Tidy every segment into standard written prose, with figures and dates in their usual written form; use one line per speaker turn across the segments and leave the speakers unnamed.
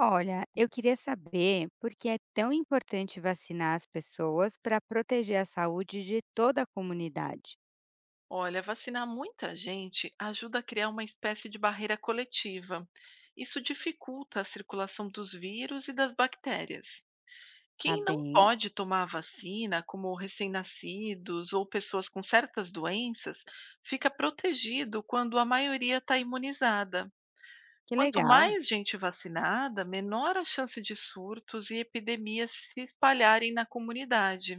Olha, eu queria saber por que é tão importante vacinar as pessoas para proteger a saúde de toda a comunidade.
Olha, vacinar muita gente ajuda a criar uma espécie de barreira coletiva. Isso dificulta a circulação dos vírus e das bactérias.
Tá
Quem não
bem?
pode tomar a vacina, como recém-nascidos ou pessoas com certas doenças, fica protegido quando a maioria está imunizada.
Que
Quanto
legal,
mais gente vacinada, menor a chance de surtos e epidemias se espalharem na comunidade.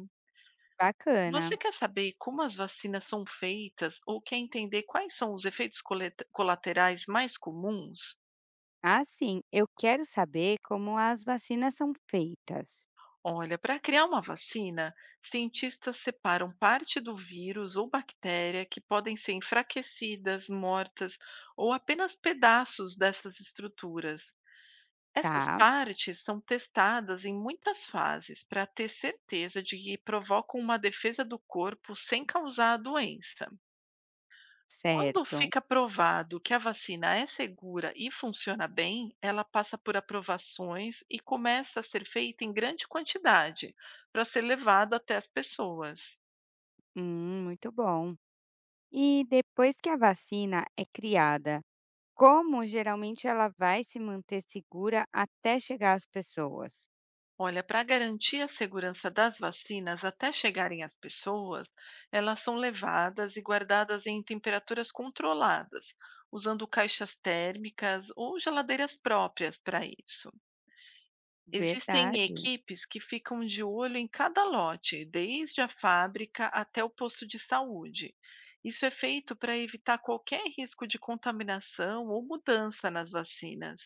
Você
bacana.
quer saber como as vacinas são feitas ou quer entender quais são os efeitos colaterais mais comuns?
Ah, sim, eu quero saber como as vacinas são feitas.
Olha, para criar uma vacina, cientistas separam parte do vírus ou bactéria que podem ser enfraquecidas, mortas ou apenas pedaços dessas estruturas. Essas
Tá,
partes são testadas em muitas fases para ter certeza de que provocam uma defesa do corpo sem causar a doença. Quando
certo.
fica provado que a vacina é segura e funciona bem, ela passa por aprovações e começa a ser feita em grande quantidade para ser levada até as pessoas.
Muito bom. E depois que a vacina é criada, como geralmente ela vai se manter segura até chegar às pessoas?
Olha, para garantir a segurança das vacinas até chegarem às pessoas, elas são levadas e guardadas em temperaturas controladas, usando caixas térmicas ou geladeiras próprias para isso. Existem
Verdade,
equipes que ficam de olho em cada lote, desde a fábrica até o posto de saúde. Isso é feito para evitar qualquer risco de contaminação ou mudança nas vacinas.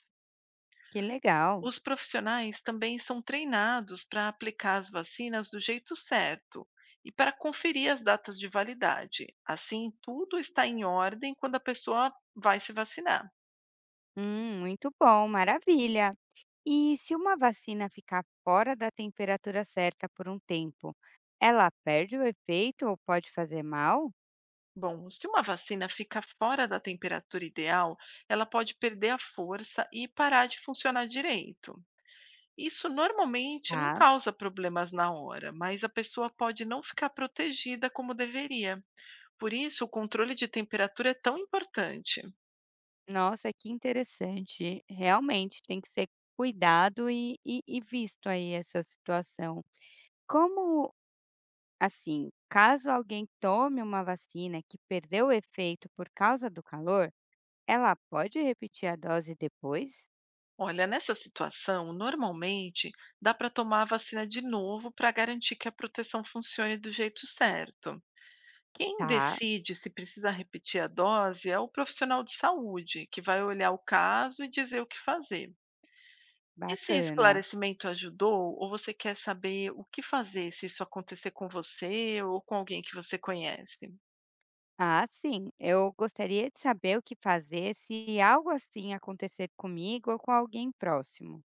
que legal.
Os profissionais também são treinados para aplicar as vacinas do jeito certo e para conferir as datas de validade. Assim, tudo está em ordem quando a pessoa vai se vacinar.
Muito bom, maravilha. E se uma vacina ficar fora da temperatura certa por um tempo, ela perde o efeito ou pode fazer mal?
Bom, se uma vacina fica fora da temperatura ideal, ela pode perder a força e parar de funcionar direito. Isso normalmente não
Tá.
causa problemas na hora, mas a pessoa pode não ficar protegida como deveria. Por isso, o controle de temperatura é tão importante.
Nossa, que interessante. Realmente tem que ser cuidado e visto aí essa situação. Como assim, caso alguém tome uma vacina que perdeu o efeito por causa do calor, ela pode repetir a dose depois?
Olha, nessa situação, normalmente dá para tomar a vacina de novo para garantir que a proteção funcione do jeito certo. Quem
Tá,
decide se precisa repetir a dose é o profissional de saúde, que vai olhar o caso e dizer o que fazer. Esse
bacana.
esclarecimento ajudou ou você quer saber o que fazer se isso acontecer com você ou com alguém que você conhece?
Ah, sim. Eu gostaria de saber o que fazer se algo assim acontecer comigo ou com alguém próximo.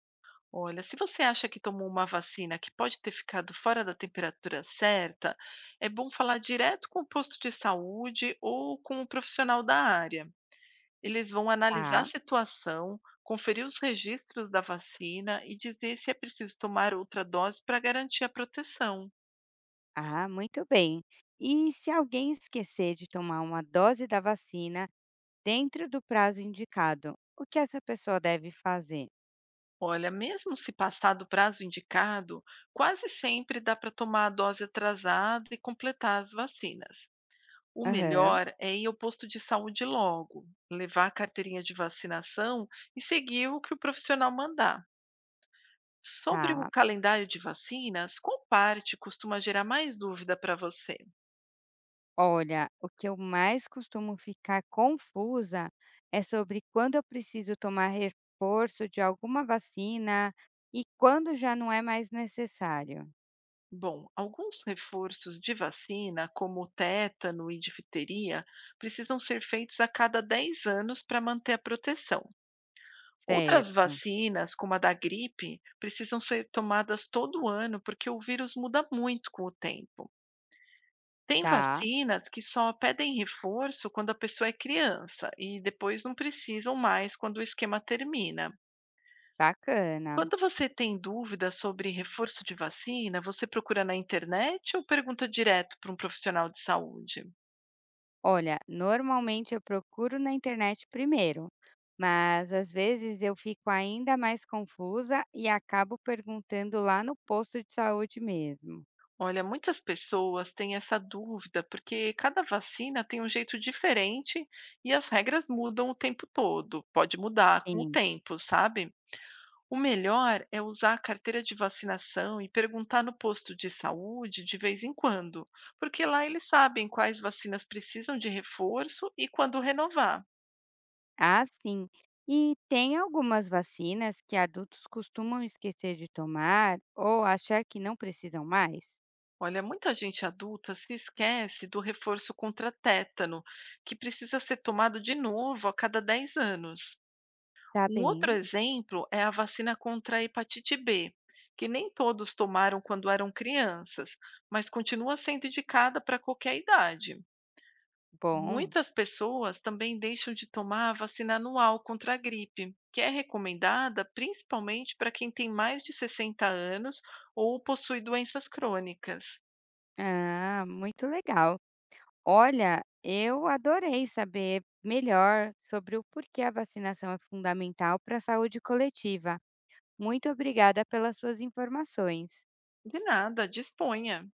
Olha, se você acha que tomou uma vacina que pode ter ficado fora da temperatura certa, é bom falar direto com o posto de saúde ou com o profissional da área. Eles vão analisar a
Tá.
situação, conferir os registros da vacina e dizer se é preciso tomar outra dose para garantir a proteção.
Ah, muito bem. E se alguém esquecer de tomar uma dose da vacina dentro do prazo indicado, o que essa pessoa deve fazer?
Olha, mesmo se passar do prazo indicado, quase sempre dá para tomar a dose atrasada e completar as vacinas. O
Aham,
melhor é ir ao posto de saúde logo, levar a carteirinha de vacinação e seguir o que o profissional mandar. Sobre o
tá.
calendário de vacinas, qual parte costuma gerar mais dúvida para você?
Olha, o que eu mais costumo ficar confusa é sobre quando eu preciso tomar reforço de alguma vacina e quando já não é mais necessário.
Bom, alguns reforços de vacina, como o tétano e difteria, precisam ser feitos a cada 10 anos para manter a proteção. Outras
Certo,
vacinas, como a da gripe, precisam ser tomadas todo ano porque o vírus muda muito com o tempo. Tem
tá,
vacinas que só pedem reforço quando a pessoa é criança e depois não precisam mais quando o esquema termina.
bacana.
Quando você tem dúvida sobre reforço de vacina, você procura na internet ou pergunta direto para um profissional de saúde?
Olha, normalmente eu procuro na internet primeiro, mas às vezes eu fico ainda mais confusa e acabo perguntando lá no posto de saúde mesmo.
Olha, muitas pessoas têm essa dúvida porque cada vacina tem um jeito diferente e as regras mudam o tempo todo. Pode mudar com o
Sim.
tempo, sabe? O melhor é usar a carteira de vacinação e perguntar no posto de saúde de vez em quando, porque lá eles sabem quais vacinas precisam de reforço e quando renovar.
Ah, sim. E tem algumas vacinas que adultos costumam esquecer de tomar ou achar que não precisam mais?
Olha, muita gente adulta se esquece do reforço contra tétano, que precisa ser tomado de novo a cada 10 anos.
Tá
Um outro
bem.
exemplo é a vacina contra a hepatite B, que nem todos tomaram quando eram crianças, mas continua sendo indicada para qualquer idade.
Bom.
Muitas pessoas também deixam de tomar a vacina anual contra a gripe, que é recomendada principalmente para quem tem mais de 60 anos ou possui doenças crônicas.
Ah, muito legal. Olha, eu adorei saber melhor sobre o porquê a vacinação é fundamental para a saúde coletiva. Muito obrigada pelas suas informações.
De nada, disponha.